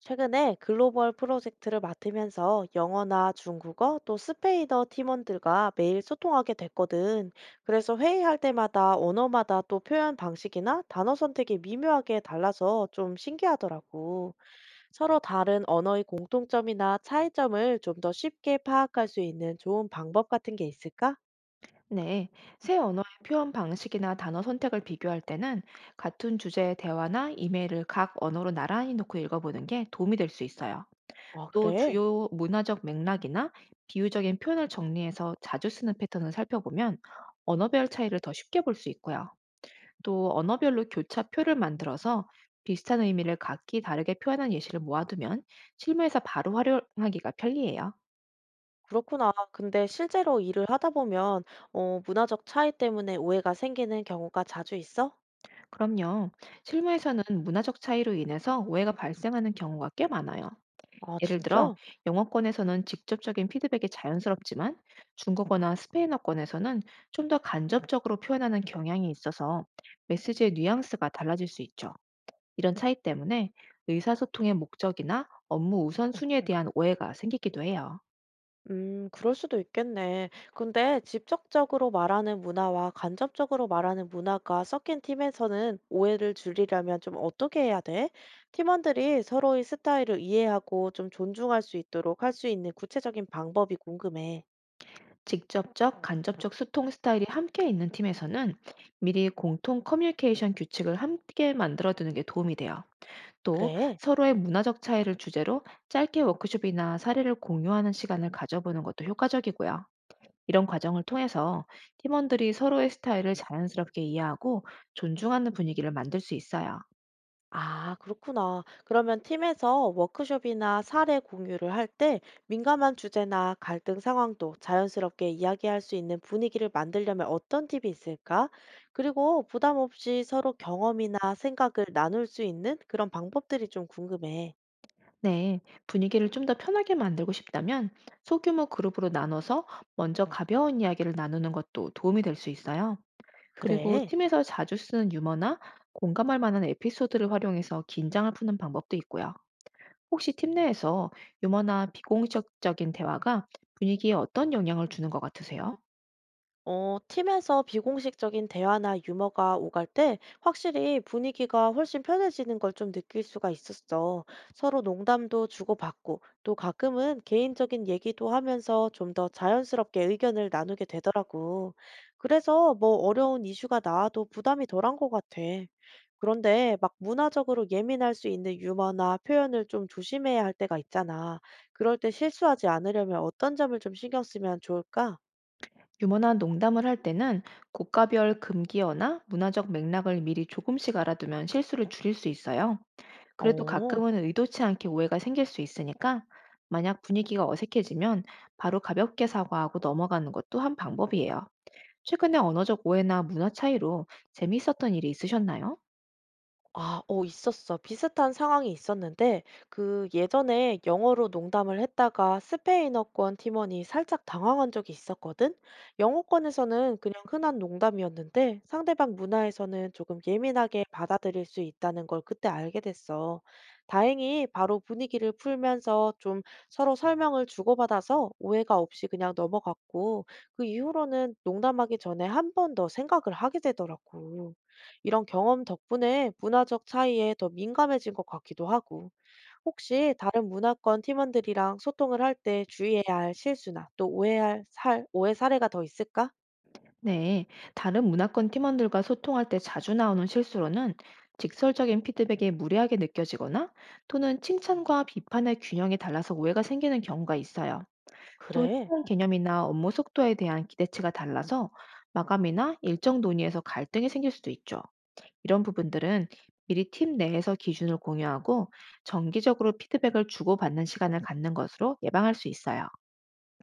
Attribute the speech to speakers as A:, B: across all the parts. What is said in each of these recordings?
A: 최근에 글로벌 프로젝트를 맡으면서 영어나 중국어 또 스페인어 팀원들과 매일 소통하게 됐거든. 그래서 회의할 때마다 언어마다 또 표현 방식이나 단어 선택이 미묘하게 달라서 좀 신기하더라고. 서로 다른 언어의 공통점이나 차이점을 좀 더 쉽게 파악할 수 있는 좋은 방법 같은 게 있을까?
B: 네, 새 언어의 표현 방식이나 단어 선택을 비교할 때는 같은 주제의 대화나 이메일을 각 언어로 나란히 놓고 읽어보는 게 도움이 될 수 있어요.
A: 아,
B: 또
A: 그래?
B: 주요 문화적 맥락이나 비유적인 표현을 정리해서 자주 쓰는 패턴을 살펴보면 언어별 차이를 더 쉽게 볼 수 있고요. 또 언어별로 교차표를 만들어서 비슷한 의미를 각기 다르게 표현한 예시를 모아두면 실무에서 바로 활용하기가 편리해요.
A: 그렇구나. 근데 실제로 일을 하다 보면 문화적 차이 때문에 오해가 생기는 경우가 자주 있어?
B: 그럼요. 실무에서는 문화적 차이로 인해서 오해가 발생하는 경우가 꽤 많아요.
A: 아,
B: 예를 들어,
A: 진짜?
B: 영어권에서는 직접적인 피드백이 자연스럽지만 중국어나 스페인어권에서는 좀 더 간접적으로 표현하는 경향이 있어서 메시지의 뉘앙스가 달라질 수 있죠. 이런 차이 때문에 의사소통의 목적이나 업무 우선순위에 대한 오해가 생기기도 해요.
A: 그럴 수도 있겠네. 근데 직접적으로 말하는 문화와 간접적으로 말하는 문화가 섞인 팀에서는 오해를 줄이려면 좀 어떻게 해야 돼? 팀원들이 서로의 스타일을 이해하고 좀 존중할 수 있도록 할 수 있는 구체적인 방법이 궁금해.
B: 직접적, 간접적 소통 스타일이 함께 있는 팀에서는 미리 공통 커뮤니케이션 규칙을 함께 만들어두는 게 도움이 돼요. 또
A: 그래?
B: 서로의 문화적 차이를 주제로 짧게 워크숍이나 사례를 공유하는 시간을 가져보는 것도 효과적이고요. 이런 과정을 통해서 팀원들이 서로의 스타일을 자연스럽게 이해하고 존중하는 분위기를 만들 수 있어요.
A: 아, 그렇구나. 그러면 팀에서 워크숍이나 사례 공유를 할 때 민감한 주제나 갈등 상황도 자연스럽게 이야기할 수 있는 분위기를 만들려면 어떤 팁이 있을까? 그리고 부담 없이 서로 경험이나 생각을 나눌 수 있는 그런 방법들이 좀 궁금해.
B: 네, 분위기를 좀 더 편하게 만들고 싶다면 소규모 그룹으로 나눠서 먼저 가벼운 이야기를 나누는 것도 도움이 될 수 있어요. 그리고
A: 그래.
B: 팀에서 자주 쓰는 유머나 공감할 만한 에피소드를 활용해서 긴장을 푸는 방법도 있고요. 혹시 팀 내에서 유머나 비공식적인 대화가 분위기에 어떤 영향을 주는 것 같으세요?
A: 팀에서 비공식적인 대화나 유머가 오갈 때 확실히 분위기가 훨씬 편해지는 걸 좀 느낄 수가 있었어. 서로 농담도 주고받고 또 가끔은 개인적인 얘기도 하면서 좀 더 자연스럽게 의견을 나누게 되더라고. 그래서 뭐 어려운 이슈가 나와도 부담이 덜한 것 같아. 그런데 막 문화적으로 예민할 수 있는 유머나 표현을 좀 조심해야 할 때가 있잖아. 그럴 때 실수하지 않으려면 어떤 점을 좀 신경 쓰면 좋을까?
B: 유머나 농담을 할 때는 국가별 금기어나 문화적 맥락을 미리 조금씩 알아두면 실수를 줄일 수 있어요. 그래도
A: 어.
B: 가끔은 의도치 않게 오해가 생길 수 있으니까 만약 분위기가 어색해지면 바로 가볍게 사과하고 넘어가는 것도 한 방법이에요. 최근에 언어적 오해나 문화 차이로 재미있었던 일이 있으셨나요?
A: 아 있었어. 비슷한 상황이 있었는데 그 예전에 영어로 농담을 했다가 스페인어권 팀원이 살짝 당황한 적이 있었거든. 영어권에서는 그냥 흔한 농담이었는데 상대방 문화에서는 조금 예민하게 받아들일 수 있다는 걸 그때 알게 됐어. 다행히 바로 분위기를 풀면서 좀 서로 설명을 주고받아서 오해가 없이 그냥 넘어갔고 그 이후로는 농담하기 전에 한 번 더 생각을 하게 되더라고. 이런 경험 덕분에 문화적 차이에 더 민감해진 것 같기도 하고, 혹시 다른 문화권 팀원들이랑 소통을 할 때 주의해야 할 실수나 또 오해 사례가 더 있을까?
B: 네, 다른 문화권 팀원들과 소통할 때 자주 나오는 실수로는 직설적인 피드백이 무례하게 느껴지거나 또는 칭찬과 비판의 균형이 달라서 오해가 생기는 경우가 있어요. 또
A: 그래.
B: 시간 개념이나 업무 속도에 대한 기대치가 달라서 마감이나 일정 논의에서 갈등이 생길 수도 있죠. 이런 부분들은 미리 팀 내에서 기준을 공유하고 정기적으로 피드백을 주고받는 시간을 갖는 것으로 예방할 수 있어요.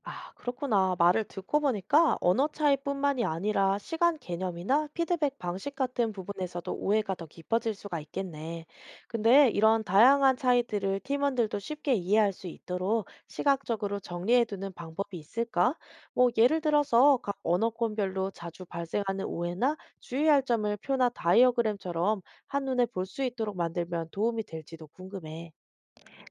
A: 아, 그렇구나. 말을 듣고 보니까 언어 차이뿐만이 아니라 시간 개념이나 피드백 방식 같은 부분에서도 오해가 더 깊어질 수가 있겠네. 근데 이런 다양한 차이들을 팀원들도 쉽게 이해할 수 있도록 시각적으로 정리해두는 방법이 있을까? 뭐, 예를 들어서 각 언어권별로 자주 발생하는 오해나 주의할 점을 표나 다이어그램처럼 한눈에 볼 수 있도록 만들면 도움이 될지도 궁금해.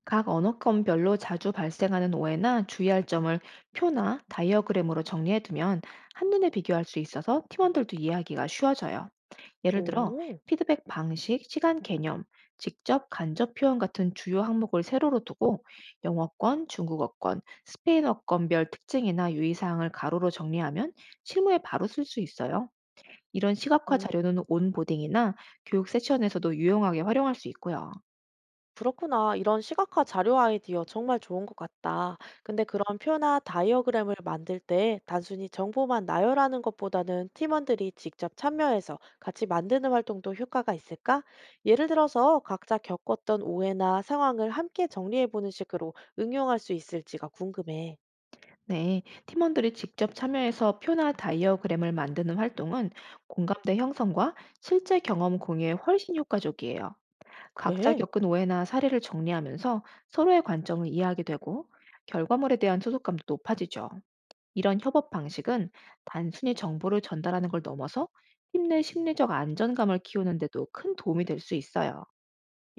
B: 각 언어권별로 자주 발생하는 오해나 주의할 점을 표나 다이어그램으로 정리해두면 한눈에 비교할 수 있어서 팀원들도 이해하기가 쉬워져요. 예를 들어,
A: 오.
B: 피드백 방식, 시간 개념, 직접 간접 표현 같은 주요 항목을 세로로 두고 영어권, 중국어권, 스페인어권별 특징이나 유의사항을 가로로 정리하면 실무에 바로 쓸 수 있어요. 이런 시각화 자료는 온보딩이나 교육 세션에서도 유용하게 활용할 수 있고요.
A: 그렇구나. 이런 시각화 자료 아이디어 정말 좋은 것 같다. 근데 그런 표나 다이어그램을 만들 때 단순히 정보만 나열하는 것보다는 팀원들이 직접 참여해서 같이 만드는 활동도 효과가 있을까? 예를 들어서 각자 겪었던 오해나 상황을 함께 정리해보는 식으로 응용할 수 있을지가 궁금해.
B: 네, 팀원들이 직접 참여해서 표나 다이어그램을 만드는 활동은 공감대 형성과 실제 경험 공유에 훨씬 효과적이에요. 각자
A: 그래?
B: 겪은 오해나 사례를 정리하면서 서로의 관점을 이해하게 되고 결과물에 대한 소속감도 높아지죠. 이런 협업 방식은 단순히 정보를 전달하는 걸 넘어서 팀 내 심리적 안정감을 키우는 데도 큰 도움이 될 수 있어요.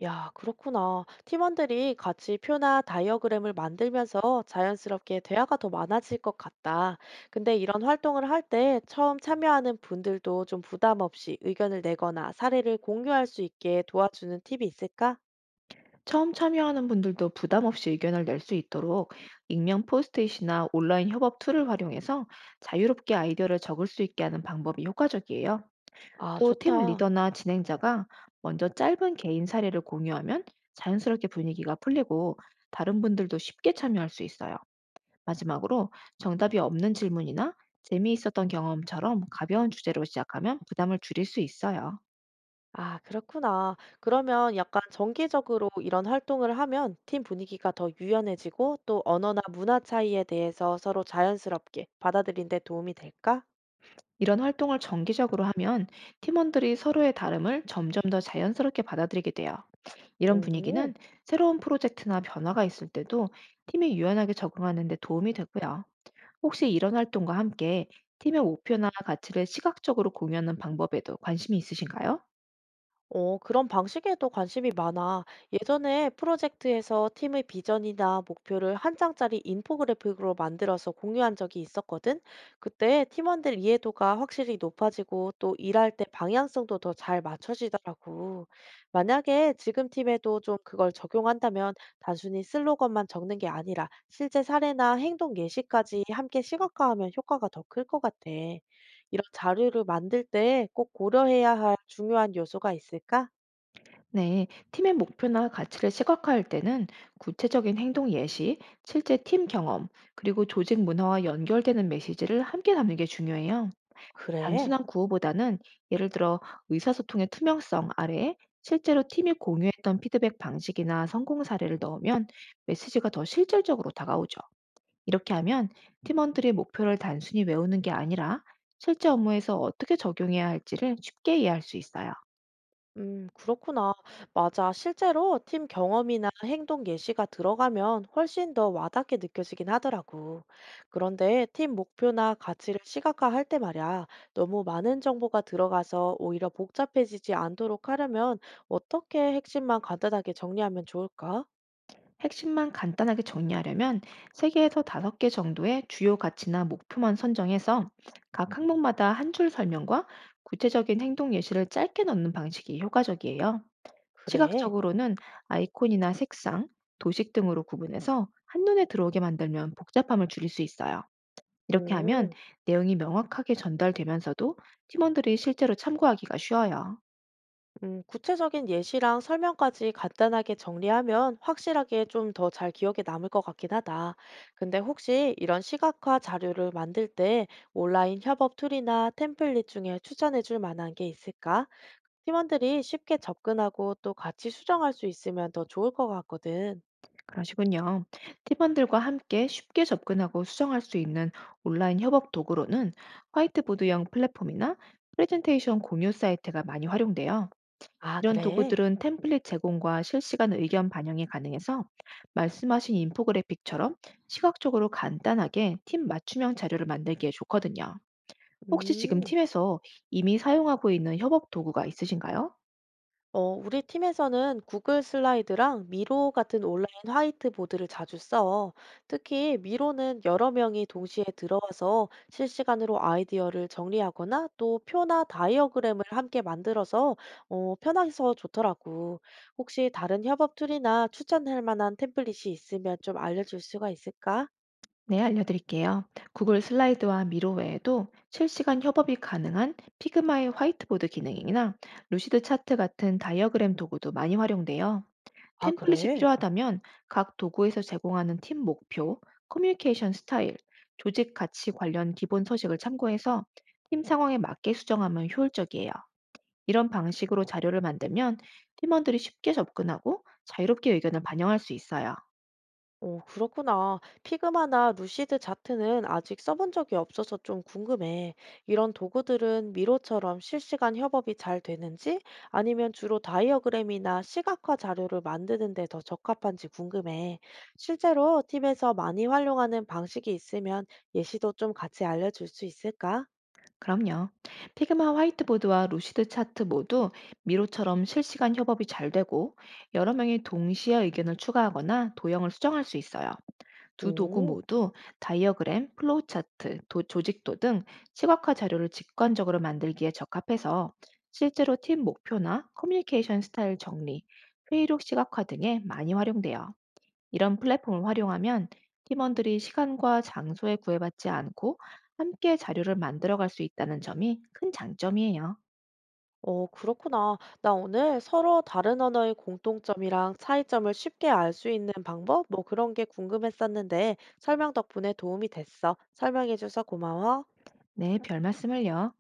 A: 야, 그렇구나. 팀원들이 같이 표나 다이어그램을 만들면서 자연스럽게 대화가 더 많아질 것 같다. 근데 이런 활동을 할 때 처음 참여하는 분들도 좀 부담 없이 의견을 내거나 사례를 공유할 수 있게 도와주는 팁이 있을까?
B: 처음 참여하는 분들도 부담 없이 의견을 낼 수 있도록 익명 포스트잇이나 온라인 협업 툴을 활용해서 자유롭게 아이디어를 적을 수 있게 하는 방법이 효과적이에요.
A: 아,
B: 또 팀
A: 좋다.
B: 리더나 진행자가 먼저 짧은 개인 사례를 공유하면 자연스럽게 분위기가 풀리고 다른 분들도 쉽게 참여할 수 있어요. 마지막으로 정답이 없는 질문이나 재미있었던 경험처럼 가벼운 주제로 시작하면 부담을 줄일 수 있어요.
A: 아, 그렇구나. 그러면 약간 정기적으로 이런 활동을 하면 팀 분위기가 더 유연해지고 또 언어나 문화 차이에 대해서 서로 자연스럽게 받아들인 데 도움이 될까?
B: 이런 활동을 정기적으로 하면 팀원들이 서로의 다름을 점점 더 자연스럽게 받아들이게 돼요. 이런
A: 오.
B: 분위기는 새로운 프로젝트나 변화가 있을 때도 팀이 유연하게 적응하는 데 도움이 되고요. 혹시 이런 활동과 함께 팀의 목표나 가치를 시각적으로 공유하는 방법에도 관심이 있으신가요?
A: 그런 방식에도 관심이 많아. 예전에 프로젝트에서 팀의 비전이나 목표를 한 장짜리 인포그래픽으로 만들어서 공유한 적이 있었거든. 그때 팀원들 이해도가 확실히 높아지고 또 일할 때 방향성도 더 잘 맞춰지더라고. 만약에 지금 팀에도 좀 그걸 적용한다면 단순히 슬로건만 적는 게 아니라 실제 사례나 행동 예시까지 함께 시각화하면 효과가 더 클 것 같아. 이런 자료를 만들 때 꼭 고려해야 할 중요한 요소가 있을까?
B: 네, 팀의 목표나 가치를 시각화할 때는 구체적인 행동 예시, 실제 팀 경험, 그리고 조직 문화와 연결되는 메시지를 함께 담는 게 중요해요.
A: 그래.
B: 단순한 구호보다는 예를 들어 의사소통의 투명성 아래에 실제로 팀이 공유했던 피드백 방식이나 성공 사례를 넣으면 메시지가 더 실질적으로 다가오죠. 이렇게 하면 팀원들이 목표를 단순히 외우는 게 아니라 실제 업무에서 어떻게 적용해야 할지를 쉽게 이해할 수 있어요.
A: 그렇구나. 맞아. 실제로 팀 경험이나 행동 예시가 들어가면 훨씬 더 와닿게 느껴지긴 하더라고. 그런데 팀 목표나 가치를 시각화할 때 말이야. 너무 많은 정보가 들어가서 오히려 복잡해지지 않도록 하려면 어떻게 핵심만 간단하게 정리하면 좋을까?
B: 핵심만 간단하게 정리하려면 3개에서 5개 정도의 주요 가치나 목표만 선정해서 각 항목마다 한 줄 설명과 구체적인 행동 예시를 짧게 넣는 방식이 효과적이에요.
A: 그래.
B: 시각적으로는 아이콘이나 색상, 도식 등으로 구분해서 한눈에 들어오게 만들면 복잡함을 줄일 수 있어요. 이렇게 하면
A: 오.
B: 내용이 명확하게 전달되면서도 팀원들이 실제로 참고하기가 쉬워요.
A: 구체적인 예시랑 설명까지 간단하게 정리하면 확실하게 좀 더 잘 기억에 남을 것 같긴 하다. 근데 혹시 이런 시각화 자료를 만들 때 온라인 협업 툴이나 템플릿 중에 추천해 줄 만한 게 있을까? 팀원들이 쉽게 접근하고 또 같이 수정할 수 있으면 더 좋을 것 같거든.
B: 그러시군요. 팀원들과 함께 쉽게 접근하고 수정할 수 있는 온라인 협업 도구로는 화이트보드형 플랫폼이나 프레젠테이션 공유 사이트가 많이 활용돼요.
A: 아,
B: 이런
A: 그래?
B: 도구들은 템플릿 제공과 실시간 의견 반영이 가능해서 말씀하신 인포그래픽처럼 시각적으로 간단하게 팀 맞춤형 자료를 만들기에 좋거든요. 혹시 지금
A: 음.
B: 팀에서 이미 사용하고 있는 협업 도구가 있으신가요?
A: 우리 팀에서는 구글 슬라이드랑 미로 같은 온라인 화이트보드를 자주 써. 특히 미로는 여러 명이 동시에 들어와서 실시간으로 아이디어를 정리하거나 또 표나 다이어그램을 함께 만들어서 편해서 좋더라고. 혹시 다른 협업 툴이나 추천할 만한 템플릿이 있으면 좀 알려줄 수가 있을까?
B: 네, 알려드릴게요. 구글 슬라이드와 미로 외에도 실시간 협업이 가능한 피그마의 화이트보드 기능이나 루시드 차트 같은 다이어그램 도구도 많이 활용돼요.
A: 아,
B: 템플릿이
A: 그래?
B: 필요하다면 각 도구에서 제공하는 팀 목표, 커뮤니케이션 스타일, 조직 가치 관련 기본 서식을 참고해서 팀 상황에 맞게 수정하면 효율적이에요. 이런 방식으로 자료를 만들면 팀원들이 쉽게 접근하고 자유롭게 의견을 반영할 수 있어요.
A: 오, 그렇구나. 피그마나 루시드 자트는 아직 써본 적이 없어서 좀 궁금해. 이런 도구들은 미로처럼 실시간 협업이 잘 되는지 아니면 주로 다이어그램이나 시각화 자료를 만드는 데 더 적합한지 궁금해. 실제로 팀에서 많이 활용하는 방식이 있으면 예시도 좀 같이 알려줄 수 있을까?
B: 그럼요. 피그마 화이트보드와 루시드 차트 모두 미로처럼 실시간 협업이 잘 되고 여러 명이 동시에 의견을 추가하거나 도형을 수정할 수 있어요. 두 도구
A: 오.
B: 모두 다이어그램, 플로우 차트, 조직도 등 시각화 자료를 직관적으로 만들기에 적합해서 실제로 팀 목표나 커뮤니케이션 스타일 정리, 회의록 시각화 등에 많이 활용돼요. 이런 플랫폼을 활용하면 팀원들이 시간과 장소에 구애받지 않고 함께 자료를 만들어갈 수 있다는 점이 큰 장점이에요.
A: 그렇구나. 나 오늘 서로 다른 언어의 공통점이랑 차이점을 쉽게 알 수 있는 방법? 뭐 그런 게 궁금했었는데 설명 덕분에 도움이 됐어. 설명해줘서 고마워.
B: 네, 별 말씀을요.